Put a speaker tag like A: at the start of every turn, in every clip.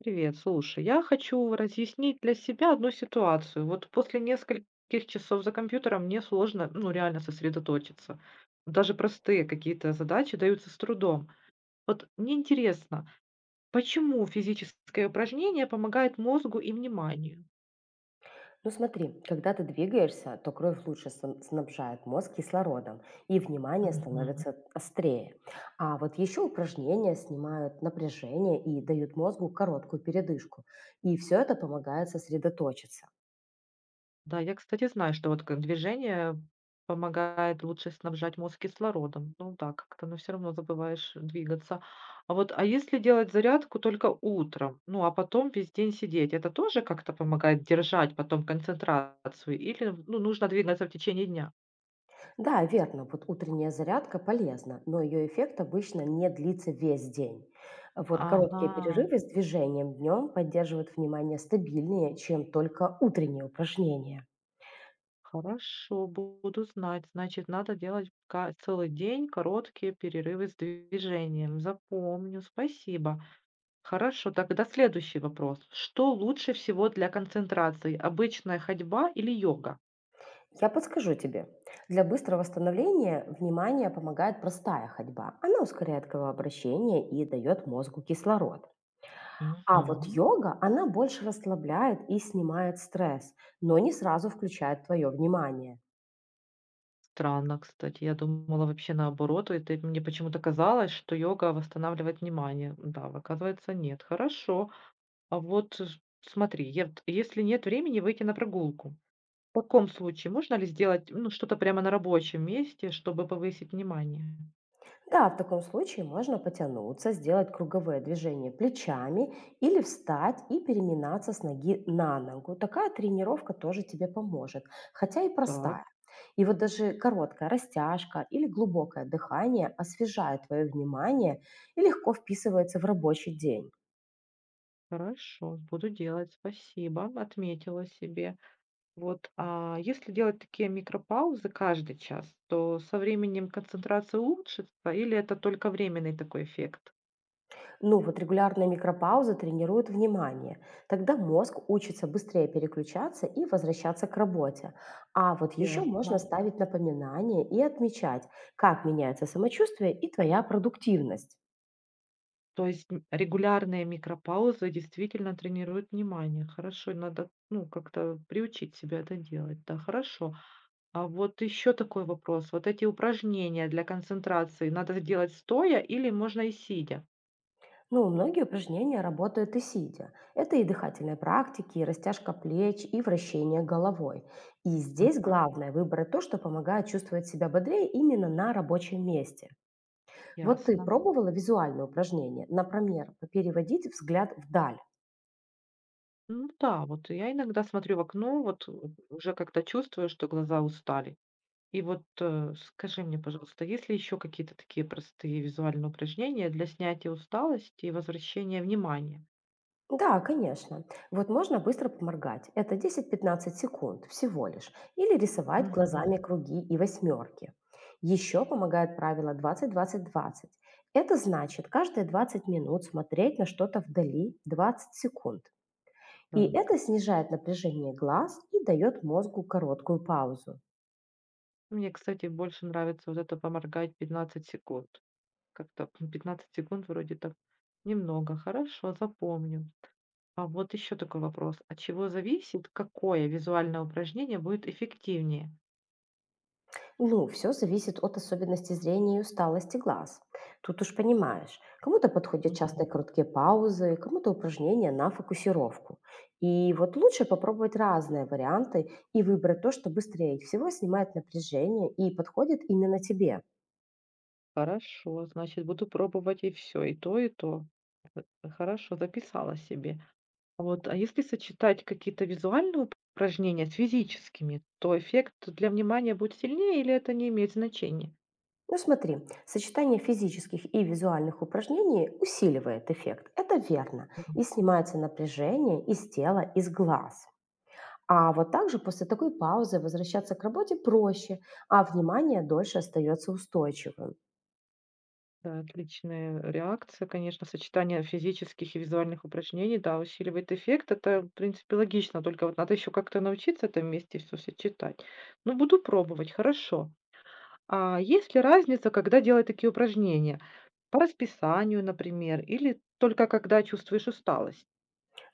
A: Привет, слушай, я хочу разъяснить для себя одну ситуацию. Вот после нескольких часов за компьютером мне сложно, ну, реально сосредоточиться. Даже простые какие-то задачи даются с трудом. Вот мне интересно, почему физическое упражнение помогает мозгу и вниманию?
B: Ну смотри, когда ты двигаешься, то кровь лучше снабжает мозг кислородом, и внимание
A: Мгм.
B: становится острее. А вот еще упражнения снимают напряжение и дают мозгу короткую передышку. И все это помогает сосредоточиться.
A: Да, я, кстати, знаю, что вот к движение помогает лучше снабжать мозг кислородом. Ну да, как-то, но все равно забываешь двигаться. А вот, а если делать зарядку только утром, ну, а потом весь день сидеть, это тоже как-то помогает держать потом концентрацию или, ну, нужно двигаться в течение дня?
B: Да, верно, вот утренняя зарядка полезна, но ее эффект обычно не длится весь день. Вот
A: Ага,
B: короткие перерывы с движением днем поддерживают внимание стабильнее, чем только утренние упражнения.
A: хорошо, буду знать. Значит, надо делать ка целый день короткие перерывы с движением. Запомню, спасибо. Хорошо, тогда следующий вопрос. Что лучше всего для концентрации? Обычная ходьба или йога?
B: Я подскажу тебе. Для быстрого восстановления внимания помогает простая ходьба. Она ускоряет кровообращение и дает мозгу кислород. А вот
A: Мгм.
B: йога, она больше расслабляет и снимает стресс, но не сразу включает твое внимание.
A: Странно, кстати. Я думала вообще наоборот. Это мне почему-то казалось, что йога восстанавливает внимание. Да, оказывается, нет. Хорошо. А вот смотри, е- т- если нет времени выйти на прогулку, в таком случае можно ли сделать ну, что-то прямо на рабочем месте, чтобы повысить внимание?
B: Да, в таком случае можно потянуться, сделать круговые движения плечами или встать и переминаться с ноги на ногу. Такая тренировка тоже тебе поможет, хотя и
A: Так,
B: простая. И вот даже короткая растяжка или глубокое дыхание освежает твое внимание и легко вписывается в рабочий день.
A: хорошо, буду делать. Спасибо, отметила себе. Вот, а если делать такие микропаузы каждый час, то со временем концентрация улучшится или это только временный такой эффект?
B: Ну, вот регулярная микропауза тренирует внимание. Тогда мозг учится быстрее переключаться и возвращаться к работе. А вот еще
A: Ясно.
B: можно ставить напоминания и отмечать, как меняется самочувствие и твоя продуктивность.
A: То есть м, регулярные микропаузы действительно тренируют внимание. Хорошо, надо, ну, как-то приучить себя это делать. Да, хорошо. А вот еще такой вопрос. Вот эти упражнения для концентрации надо делать стоя или можно и сидя?
B: Ну, многие упражнения работают и сидя. Это и дыхательные практики, и растяжка плеч, и вращение головой. И здесь
A: Мгм.
B: главное выбрать то, что помогает чувствовать себя бодрее именно на рабочем месте. Вот ты
A: Ясно.
B: пробовала визуальные упражнения, например, переводить взгляд вдаль?
A: Ну да, вот я иногда смотрю в окно, вот уже как-то чувствую, что глаза устали. И вот, скажи мне, пожалуйста, есть ли еще какие-то такие простые визуальные упражнения для снятия усталости и возвращения внимания?
B: Да, конечно. Вот можно быстро поморгать. Это 10-15 секунд всего лишь. Или рисовать
A: Мгм.
B: глазами круги и восьмерки. Еще помогает правило 20-20-20. Это значит каждые 20 минут смотреть на что-то вдали 20 секунд. И это
A: Так.
B: снижает напряжение глаз и дает мозгу короткую паузу.
A: Мне, кстати, больше нравится вот это поморгать 15 секунд. Как-то м, 15 секунд вроде так немного. Хорошо, запомню. А вот еще такой вопрос. От чего зависит, какое визуальное упражнение будет эффективнее?
B: Ну, все зависит от особенностей зрения и усталости глаз. Тут уж понимаешь, кому-то подходят
A: Мгм.
B: частые короткие паузы, кому-то упражнения на фокусировку. И вот лучше попробовать разные варианты и выбрать то, что быстрее всего снимает напряжение и подходит именно тебе.
A: Хорошо, значит, буду пробовать и все, и то, и то. Э, Хорошо, записала себе. Вот, а если сочетать какие-то визуальные упражнения с физическими, то эффект для внимания будет сильнее или это не имеет значения?
B: Ну смотри, сочетание физических и визуальных упражнений усиливает эффект. Это верно.
A: Мгм.
B: И снимается напряжение из тела, из глаз. А вот также после такой паузы возвращаться к работе проще, а внимание дольше остается устойчивым.
A: Да, отличная реакция, конечно, сочетание физических и визуальных упражнений, да, усиливает эффект. Это, в принципе, логично, только вот надо еще как-то научиться это вместе все сочетать. Ну, буду пробовать, хорошо. А есть ли разница, когда делать такие упражнения? По расписанию, например, или только когда чувствуешь усталость?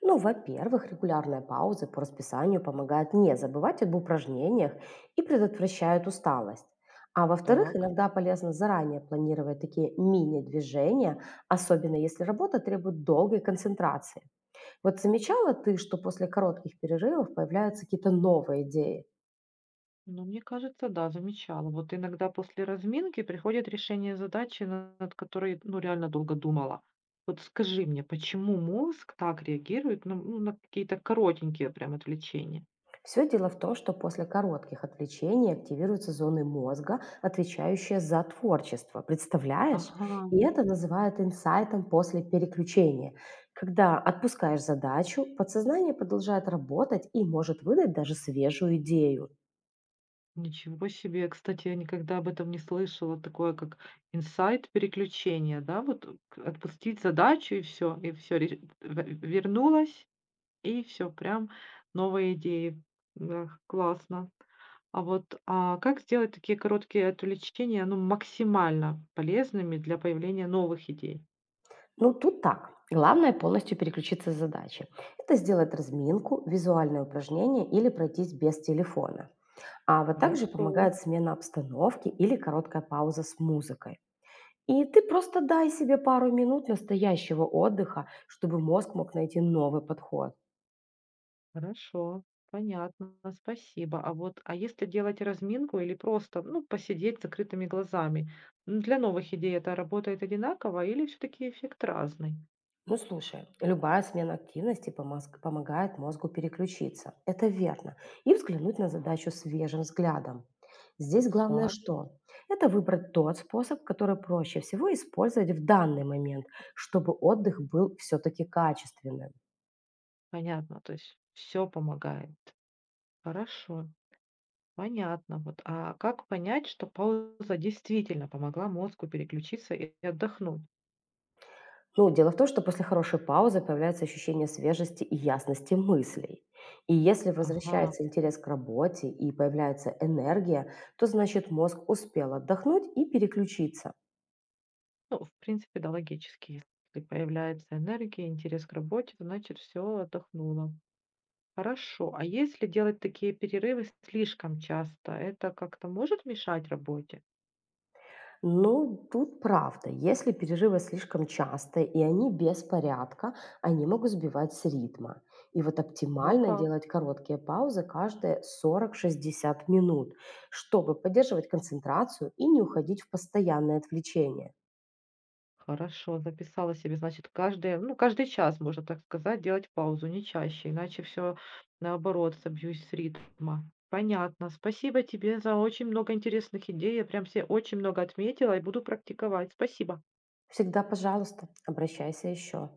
B: Ну, во-первых, регулярная пауза по расписанию помогает не забывать об упражнениях и предотвращает усталость. А во-вторых,
A: Так.
B: иногда полезно заранее планировать такие мини-движения, особенно если работа требует долгой концентрации. Вот замечала ты, что после коротких перерывов появляются какие-то новые идеи?
A: Ну, мне кажется, да, замечала. Вот иногда после разминки приходит решение задачи, на- над которой, ну, реально долго думала. Вот скажи мне, почему мозг так реагирует на, ну, на какие-то коротенькие прям отвлечения?
B: Все дело в том, что после коротких отвлечений активируются зоны мозга, отвечающие за творчество. Представляешь?
A: Ага,
B: И это называют инсайтом после переключения. Когда отпускаешь задачу, подсознание продолжает работать и может выдать даже свежую идею.
A: ничего себе. Кстати, я никогда об этом не слышала. Такое как инсайт переключения, да? Вот к- отпустить задачу и все, вернулась, и все, прям новые идеи. Да, классно. А вот, а как сделать такие короткие отвлечения, ну, максимально полезными для появления новых идей?
B: Ну, тут так. Главное полностью переключиться с задачи. Это сделать разминку, визуальное упражнение или пройтись без телефона. А вот также
A: Хорошо,
B: помогает смена обстановки или короткая пауза с музыкой. И ты просто дай себе пару минут настоящего отдыха, чтобы мозг мог найти новый подход.
A: хорошо, понятно, спасибо. А вот, а если делать разминку или просто, ну, посидеть с закрытыми глазами, м, для новых идей это работает одинаково или все-таки эффект разный?
B: Ну слушай, любая смена активности помогает мозгу переключиться. Это верно. И взглянуть на задачу свежим взглядом. Здесь главное
A: Так.
B: что? Это выбрать тот способ, который проще всего использовать в данный момент, чтобы отдых был все-таки качественным.
A: Понятно, то есть все помогает. Хорошо, понятно. Вот, а как понять, что пауза действительно помогла мозгу переключиться и отдохнуть?
B: Ну, дело в том, что после хорошей паузы появляется ощущение свежести и ясности мыслей. И если
A: Ага,
B: возвращается интерес к работе и появляется энергия, то значит мозг успел отдохнуть и переключиться.
A: ну, в принципе, да, логически. Если появляется энергия, интерес к работе, то значит все отдохнуло. Хорошо. А если делать такие перерывы слишком часто, это как-то может мешать работе?
B: Ну, тут правда, если перерывы слишком частые и они без порядка, они могут сбивать с ритма. И вот
A: Во
B: оптимально
A: как.
B: делать короткие паузы каждые 40-60 минут, чтобы поддерживать концентрацию и не уходить в постоянное отвлечение.
A: Хорошо, записала себе, значит, каждый, ну, каждый час, можно так сказать, делать паузу, не чаще, иначе все наоборот, собьюсь с ритма. Понятно. Спасибо тебе за очень много интересных идей. Я прям себе очень много отметила и буду практиковать. Спасибо.
B: Всегда, пожалуйста, обращайся еще.